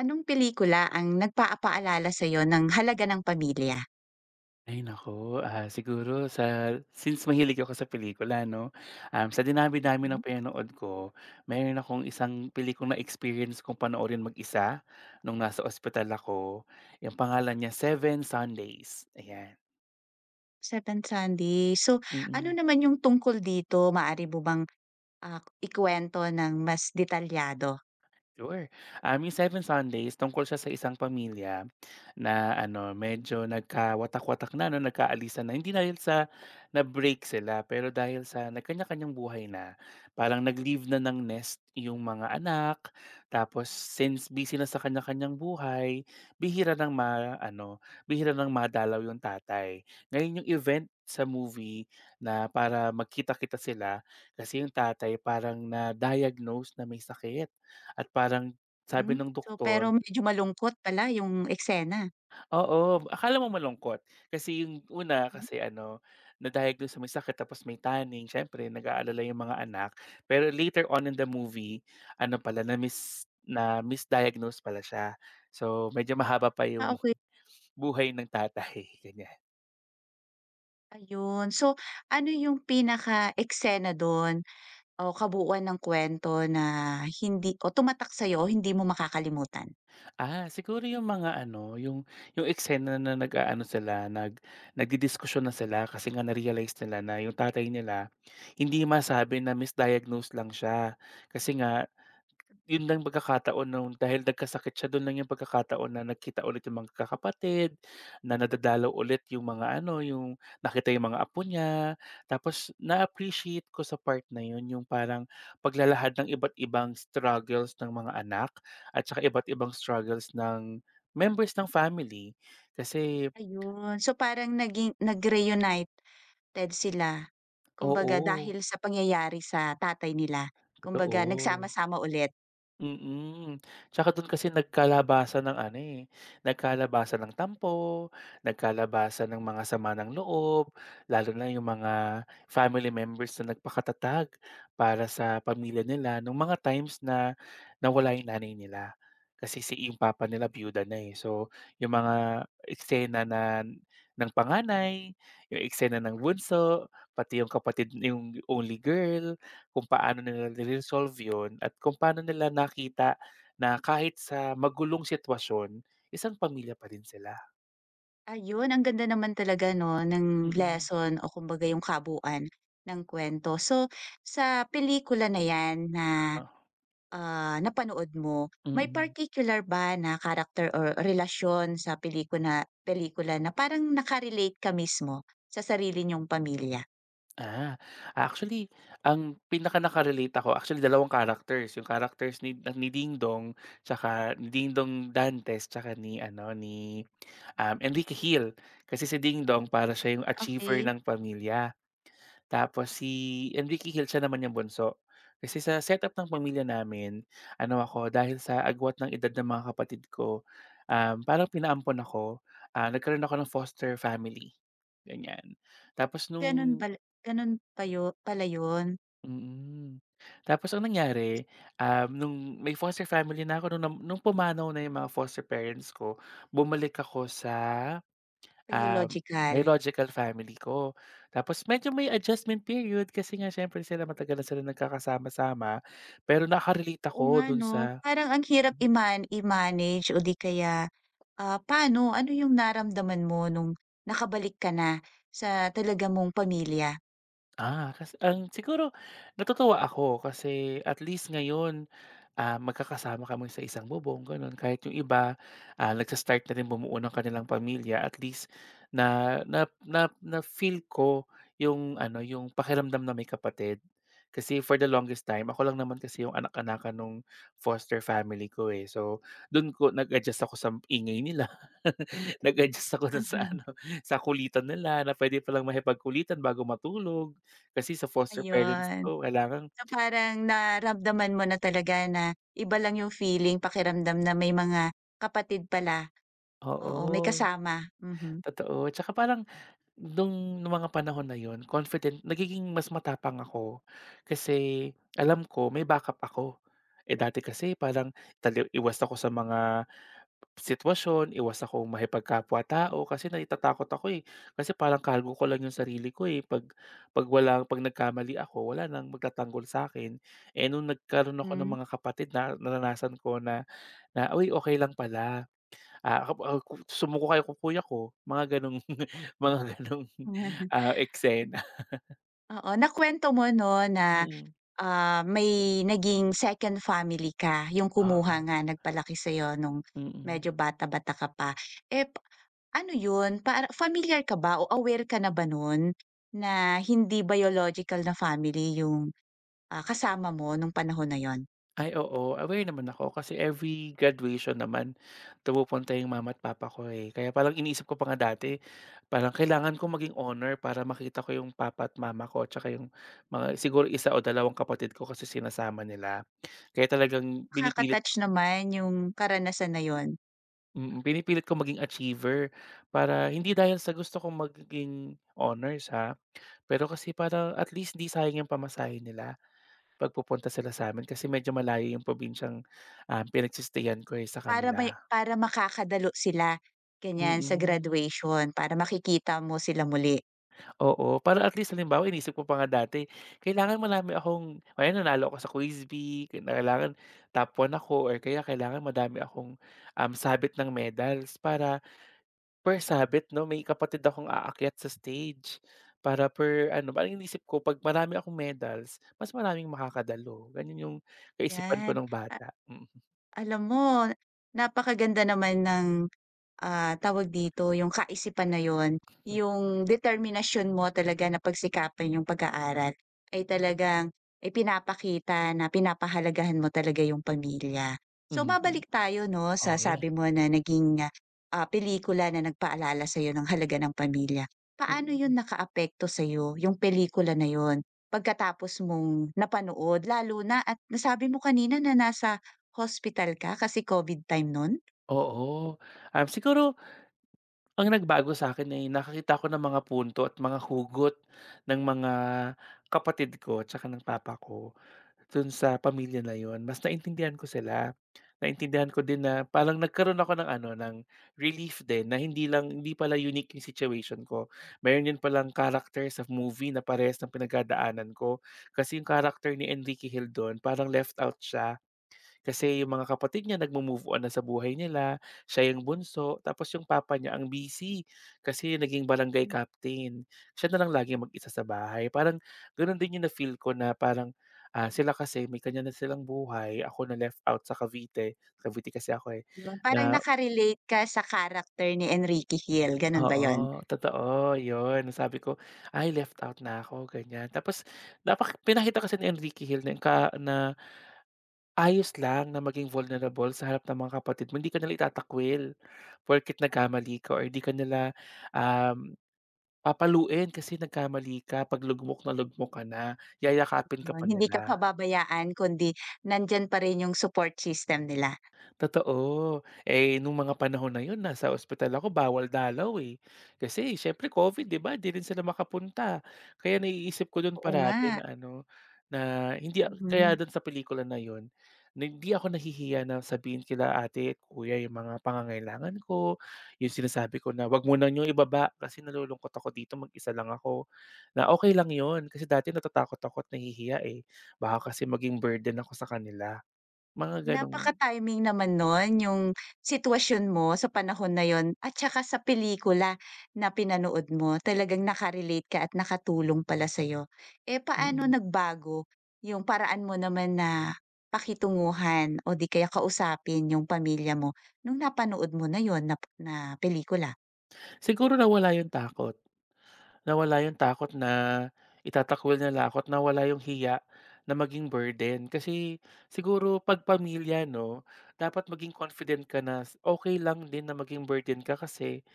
Anong pelikula ang nagpapaalala sa'yo ng halaga ng pamilya? Ay naku, siguro since mahilig ako sa pelikula 'no, sa dinami-dami ng Mhm. pinanood ko, mayroon akong isang pelikulang na-experience kong panoorin mag-isa nung nasa ospital ako. Yung pangalan niya, Seven Sundays, ayan. Seven Sundays. So, Mm. ano Mm. naman yung tungkol dito? Maari mo bang, ikuwento ng mas detalyado? Sure. Yung Seven Sundays tungkol siya sa isang pamilya na ano, medyo nagkawatak-watak na, no, nagkaalisan na. Hindi dahil sa na-break sila, pero dahil sa nagkanya-kanyang buhay na. Parang nag-leave na ng nest yung mga anak. Tapos since busy na sa kanya-kanyang buhay, bihira nang ma, ano, bihira nang madalaw yung tatay. Ngayon yung event sa movie na para magkita-kita sila kasi yung tatay parang na-diagnose na may sakit at parang sabi Hmm, ng so pero doktor. medyo malungkot pala yung eksena. Oo, akala mo malungkot. Kasi yung una, Hmm, kasi ano, na-diagnose na may sakit tapos may tanning, siyempre nag-aalala yung mga anak. Pero later on in the movie, ano pala, na-misdiagnose pala siya. So medyo mahaba pa yung okey. buhay ng tatay, ganyan. Ayun. So, ano yung pinaka-eksena dun o kabuuan ng kwento na hindi o tumatak sa'yo o hindi mo makakalimutan? Siguro yung mga ano, yung eksena na nag-aano sila, nag nagdidiskusyon na sila kasi nga na-realize nila na yung tatay nila hindi masabi na misdiagnose lang siya. Kasi nga yun lang pagkakataon no'n dahil nagkasakit siya do'n lang yung pagkakataon na nagkita ulit yung mga magkakapatid, na nadadalaw ulit yung mga ano, yung nakita yung mga apo niya. Tapos na-appreciate ko sa part na yun yung parang paglalahad ng iba't ibang struggles ng mga anak at saka iba't ibang struggles ng members ng family. Kasi Ayun. So, parang naging nag-reunite Ted sila. Kumbaga oo, dahil sa pangyayari sa tatay nila, kumbaga totoo. nagsama-sama ulit. Mm, tsaka dun kasi nagkalabasan ng ano, eh, nagkalabasan ng tampo, nagkalabasan ng mga sama ng loob, lalo na yung mga family members na nagpakatatag para sa pamilya nila nung mga times na nawala yung nanay nila. Kasi yung papa nila byuda na, eh. So yung mga eksena na ng panganay, yung eksena ng bunso, pati yung kapatid yung only girl. Kung paano nila ni-resolve yun at kung paano nila nakita na kahit sa magulong sitwasyon, isang pamilya pa din sila. Ayun, ang ganda naman talaga 'no ng Mm, lesson o kumbaga yung kabuuan ng kwento. So, sa pelikula na 'yan na, oo. Napanood mo, may Mm. particular ba na character or relasyon sa pelikula na parang naka-relate ka mismo sa sarili niyong pamilya? Ah, actually ang pinaka naka-relate ako, actually dalawang characters, yung characters ni Dingdong tsaka ni Dingdong Dantes tsaka ni ano, ni, Enrique Hill. Kasi si Dingdong para siya yung achiever Okay. ng pamilya. Tapos si Enrique Hill, siya naman yung bunso. Kasi sa setup ng pamilya namin, ano ako, dahil sa agwat ng edad ng mga kapatid ko, parang pinaampon ako. Nagkaroon ako ng foster family, ganyan. Tapos Ganun nung pala, ganun pa yu pala yun, mm. Tapos ang nangyari, nung may foster family na ako, nung pumanaw na yung mga foster parents ko, bumalik ako sa um, biological. biological family ko. Tapos medyo may adjustment period kasi nga siyempre sila matagal na sila nagkakasama-sama, pero naka-relate Oo nga ako dun 'no, sa parang ang hirap mhm. I-manage o di kaya, paano, ano yung naramdaman mo nung nakabalik ka na sa talaga mong pamilya? Kasi ang siguro natutuwa ako kasi at least ngayon magkakasama kami sa isang bubong gano'n. Kahit yung iba, nagsa na rin bumuo ng kanilang pamilya at least na na na na-feel ko yung ano, yung pakiramdam na may kapatid. Kasi for the longest time, ako lang naman kasi yung anak-anakan nung foster family ko, eh. So dun ko nag-adjust ako sa ingay nila. Nag-adjust ako dun sa ano, sa kulitan nila na pwede palang makipagkulitan bago matulog. Kasi sa foster parents Ayun, ko kailangan. so parang naramdaman mo na talaga na iba lang yung feeling, pakiramdam na may mga kapatid pala, oo, may Oo, kasama, mhm. totoo. Tsaka parang nung mga panahon na yun confident nagiging mas matapang ako kasi alam ko may backup ako. Eh, dati kasi parang tali iwas ako sa mga sitwasyon, iwas akong makipagkapwa-tao kasi natatakot ako, eh. Kasi parang kargo ko lang yung sarili ko, eh, 'pag nagkamali ako wala nang magtatanggol sa'kin. Eh, nung nagkaroon ako ng Hmm. mga kapatid na naranasan ko na na, "Uy, okay lang pala." Ako po, ah, ku sumuko kayo kung kuya ko, mga gano'ng mga gano'ng, eksena. Oo, nakuwento mo 'no na, Mm, may naging second family ka, yung kumuha oo, nga nagpalaki sa'yo nung mm. medyo bata-bata ka pa. Eh, pa ano yun, para familiar ka ba o aware ka na ba nun na hindi biological na family yung, kasama mo nung panahon na yon? Ay oo, aware naman ako kasi every graduation naman pumupunta yung mama at papa ko, eh. Kaya parang iniisip ko pa nga dati, parang kailangan kong maging honor para makita ko yung papa at mama ko at saka yung mga siguro isa o dalawang kapatid ko kasi sinasama nila. Kaya talagang Nakaka-touch naman yung karanasan na yon, pinipilit kong maging achiever para hindi dahil sa gusto kong maging honors, ha. Pero kasi parang at least di sayang yung pamasahe nila 'pag pupunta sila sa'min kasi medyo malayo yung probinsyang, pinagse ko, eh, sa para kanila. may, para makakadalo sila ganyan sa Mm, graduation, para makikita mo sila muli. oo. Para at least halimbawa iniisip ko pa nga dati, kailangan marami akong ayan nanalo ako sa Quiz Week, kailangan top 1 ako or kaya kailangan madami akong, sabit ng medals para. Per sabit 'no, may kapatid akong aakyat sa stage para per ano, parang iniisip ko 'pag marami akong medals, mas maraming makakadalo. Ganun yung kaisipan ko Yan, ng a bata, mm. alam mo, napakaganda naman ng, tawag dito, yung kaisipan na yun, yung determinasyon mo talaga na pagsikapan yung pag-aaral ay talagang ay pinapakita na pinapahalagahan mo talaga yung pamilya. So Mhm, babalik tayo 'no sa oo, yan, sabi mo na naging, pelikula na nagpaalala sa'yo ng halaga ng pamilya. Paano yun mm. nakaapekto sa'yo, yung pelikula na yon pagkatapos mong napanood lalo na at nasabi mo kanina na nasa hospital ka kasi COVID time nun? Oo, siguro ang nagbago sa'kin ay nakakita ko ng mga punto at mga hugot ng mga kapatid ko tsaka ng papa ko. Dun sa pamilya na yun, mas naintindihan ko sila. Naintindihan ko din na parang nagkaroon ako ng ano, ng relief din na hindi pala unique yung situation ko. Meron din palang character sa movie na parehas ng pinagdadaanan ko. Kasi yung character ni Enrique Hill dun parang left out siya kasi yung mga kapatid niya nagmo-move on na sa buhay nila, siya yung bunso, tapos yung papa niya ang busy kasi naging barangay captain. Siya na lang laging mag-isa sa bahay. Parang gano'n din yung na-feel ko na parang, sila kasi may kanya na silang buhay, ako na left out sa Cavite. Cavite kasi ako, eh, Yun, parang na. naka ka sa character ni Enrique Hill, ganun ba yun? Oo, totoo, yun. Sabi ko, "Ay, left out na ako," ganyan. Tapos pinakita kasi ni Enrique Hill na yung ka na ayos lang na maging vulnerable sa harap ng mga kapatid mo, hindi ka nila itatakwil porket nagkamali ka or hindi ka nila, um, papaluin kasi nagkamali ka, 'pag lugmok na lugmok ka na, yayakapin ka pa Hindi ka nila. pababayaan kundi nandiyan pa rin yung support system nila. Totoo. Eh, nung mga panahon na yun nasa ospital ako bawal dalaw, eh. Kasi siyempre COVID 'di ba, 'di rin sila makapunta. Kaya naiisip ko dun Oo parati nga, na ano, na hindi a kaya mhm. dun sa pelikula na yun, na hindi ako nahihiya na sabihin kila ate at kuya yung mga pangangailangan ko, yung sinasabi ko na, "Wag mo na niyong ibaba kasi nalulungkot ako dito mag-isa lang ako." Na okay lang yun kasi dati natatakot ako at nahihiya, eh. Baka kasi maging burden ako sa kanila, mga ganong Napaka-timing naman nun yung sitwasyon mo sa panahon na yun at saka sa pelikula na pinanood mo talagang naka ka at nakatulong pala sa'yo. Eh, mm. paano Mm. nagbago yung paraan mo naman na pakitunguhan o di kaya kausapin yung pamilya mo nung napanood mo na yun na na pelikula? Siguro nawala yung takot. Nawala yung takot na itatakwil nila ako at nawala yung hiya na maging burden. Kasi siguro 'pag pamilya 'no, dapat maging confident ka na okey lang din na maging burden ka kasi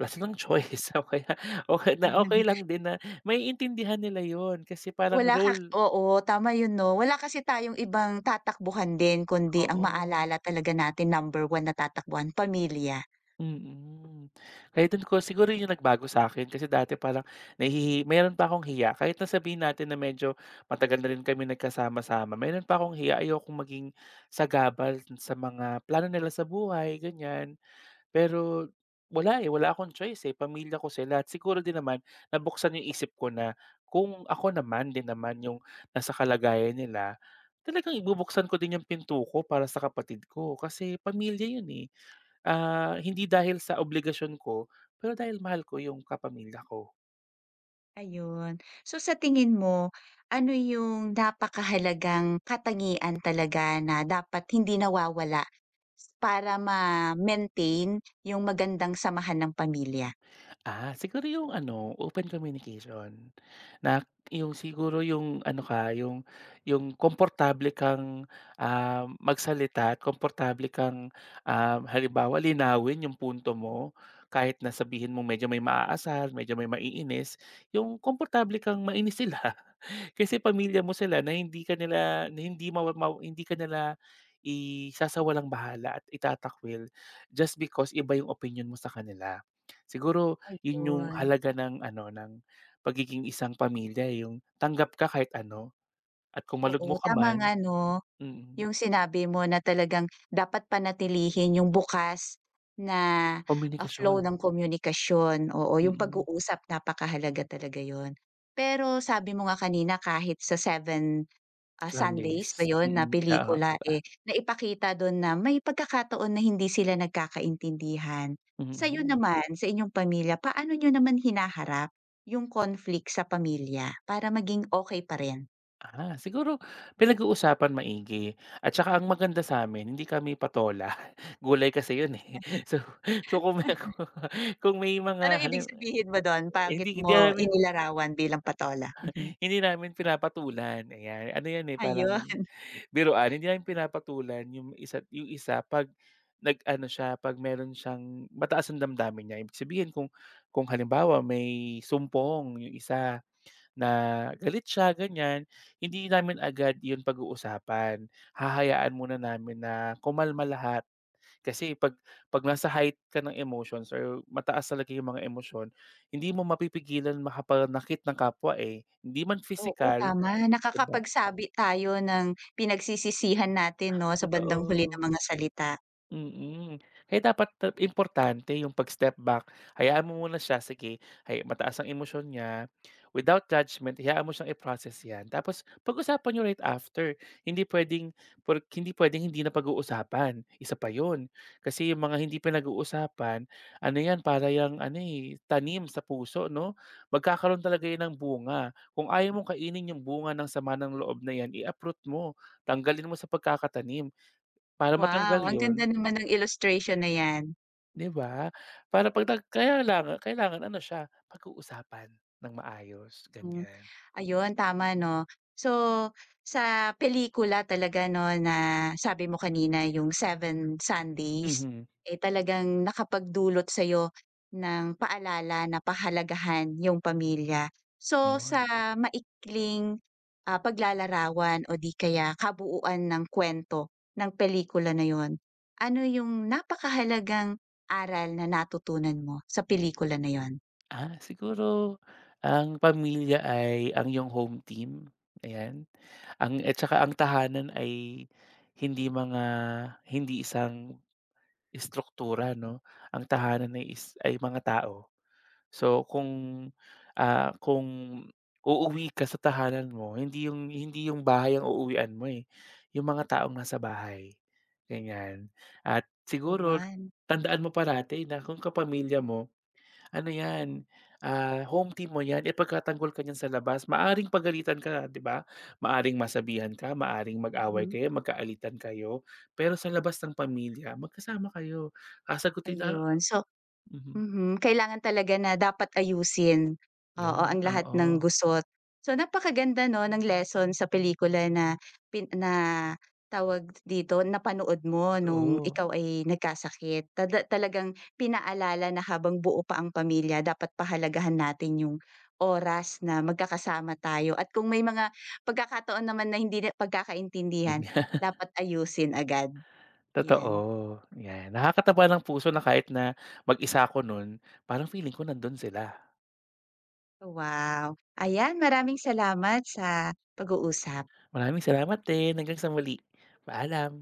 wala silang choice o kaya okey na okay lang din na may intindihan nila yon. Kasi parang Wala ka, role. oo, tama yun 'no. Wala kasi tayong ibang tatakbuhan din kundi ang Oo. maalala talaga natin number one na tatakbuhan, pamilya. Mm. Kaya dun ko siguro yun yung nagbago sa'kin kasi dati parang meron pa akong hiya kahit na sabihin natin na medyo matagal na rin kami nagkasama-sama, meron pa akong hiya ayokong maging sagabal sa mga plano nila sa buhay ganyan. Pero wala, eh, wala akong choice, eh, pamilya ko sila at siguro din naman nabuksan yung isip ko na kung ako naman din naman yung nasa kalagayan nila, talagang ibubuksan ko din yung pinto ko para sa kapatid ko kasi pamilya yun, eh. Hindi dahil sa obligasyon ko, pero dahil mahal ko yung kapamilya ko. Ayun. So sa tingin mo, ano yung napakahalagang katangian talaga na dapat hindi nawawala s- para ma-maintain yung magandang samahan ng pamilya? Siguro yung ano, open communication na yung siguro yung ano ka, yung komportable kang, magsalita at komportable kang, halimbawa linawin yung punto mo kahit na sabihin mo medyo may maaasar, medyo may maiinis, yung komportable kang mainis sila kasi pamilya mo sila na hindi ka nila na hindi mawa maw hindi ka nila isasawalang-bahala at itatakwil just because iba yung opinion mo sa kanila. Siguro 'yun yung Ayun. halaga ng ano, ng pagiging isang pamilya, eh, yung tanggap ka kahit ano at kung Oo, malugmok ka tama man. nga 'no, Mm, yung sinabi mo na talagang dapat panatilihin yung bukas na, flow komunikasyon, ng komunikasyon. Oo, yung mm, pag-uusap napakahalaga talaga yon. Pero sabi mo nga kanina kahit sa 7 Mondays, Sundays ba yun na mm, oo, pelikula, totoo, eh, naipakita dun na may pagkakataon na hindi sila nagkakaintindihan. Sa'yo mm. naman, sa inyong pamilya, paano niyo naman hinaharap yung conflict sa pamilya para maging okay pa rin? Siguro pinag-uusapan maigi at saka ang maganda sa amin hindi kami patola, gulay kasi 'yun, eh. So so kung may kung may mga Anong ibig halim sabihin mo dun, hindi bakit hindi mo namin inilarawan bilang patola? Mhm. hindi namin pinapatulan, ayan. Ano 'yan, eh, parang Ayun, biruan hindi namin pinapatulan yung isa 'pag nag-ano siya, 'pag meron siyang mataas ang damdamin niya. Ibig sabihin kung halimbawa may sumpong yung isa na galit siya, ganyan, hindi namin agad yun pag-uusapan. Hahayaan muna namin na kumalma lahat. Kasi 'pag nasa height ka ng emotions or mataas talaga yung mga emosyon, hindi mo mapipigilan makapanakit ng kapwa, eh. Hindi man oo, physical, tama, 'di nakakapagsabi tayo ng pinagsisisihan natin 'no, sa bandang huli ng totoo. mga salita. Mm. Kaya dapat importante yung pag-step back, hayaan mo muna siya, sige, mataas ang emosyon niya, without judgment hayaan mo siyang i-process 'yan. Tapos pag-usapan niyo right after, hindi puwedeng hindi puwedeng hindi na pag-uusapan, isa pa 'yun. Kasi yung mga hindi pinag-uusapan, ano 'yan, para yung ano, eh, tanim sa puso 'no? Magkakaroon talaga 'yan ng bunga. Kung ayaw mong kainin yung bunga ng sama ng loob na 'yan, i-uproot mo, tanggalin mo sa pagkakatanim. Para Wow, matanggal ang yon. ganda naman ng illustration na yan. 'Di ba? Para 'pag kaya lang kailangan ano siya, pag-uusapan ng maayos, Hmm, ganyan. ayun tama 'no. So, sa pelikula talaga 'no na sabi mo kanina yung Seven Sundays, Mhm. eh, talagang nakapagdulot sa'yo ng paalala na pahalagahan yung pamilya. So, Yun. sa maikling, paglalarawan o di kaya kabuuan ng kwento ng pelikula na yun, ano yung napakahalagang aral na natutunan mo sa pelikula na yun? Siguro ang pamilya ay ang iyong home team, ayan. Ang at saka ang tahanan ay hindi mga hindi isang istruktura 'no, ang tahanan ay ay mga tao. So kung, kung uuwi ka sa tahanan mo, hindi yung bahay ang uuwian mo, eh, yung mga taong nasa bahay, ganyan. At siguro Yun, tandaan mo parati na kung kapamilya mo, ano 'yan, home team mo 'yan, ipagtatanggol ka niyan sa labas. Maaring pagalitan ka, 'di ba? Maaring masabihan ka, maaring mag-away mhm, kayo, magkaalitan kayo, pero sa labas ng pamilya magkasama kayo, sasagutin na ayun. So mhm, mhm, kailangan talaga na dapat ayusin, oo, 'yon, ang lahat ng oo, gusot. So napakaganda 'no ng lesson sa pelikula na pin na tawag dito, napanood mo nung totoo. ikaw ay nagkasakit. Tada talagang pinaalala na habang buo pa ang pamilya dapat pahalagahan natin yung oras na magkakasama tayo at kung may mga pagkakataon naman na hindi na Yun pagkakaintindihan, nga, dapat ayusin agad, totoo, yan. yan. Nakakataba ng puso na kahit na mag-isa ako nun, parang feeling ko nandun sila. Wow! Ayan, maraming salamat sa pag-uusap. Maraming salamat din, hanggang sa muli, paalam.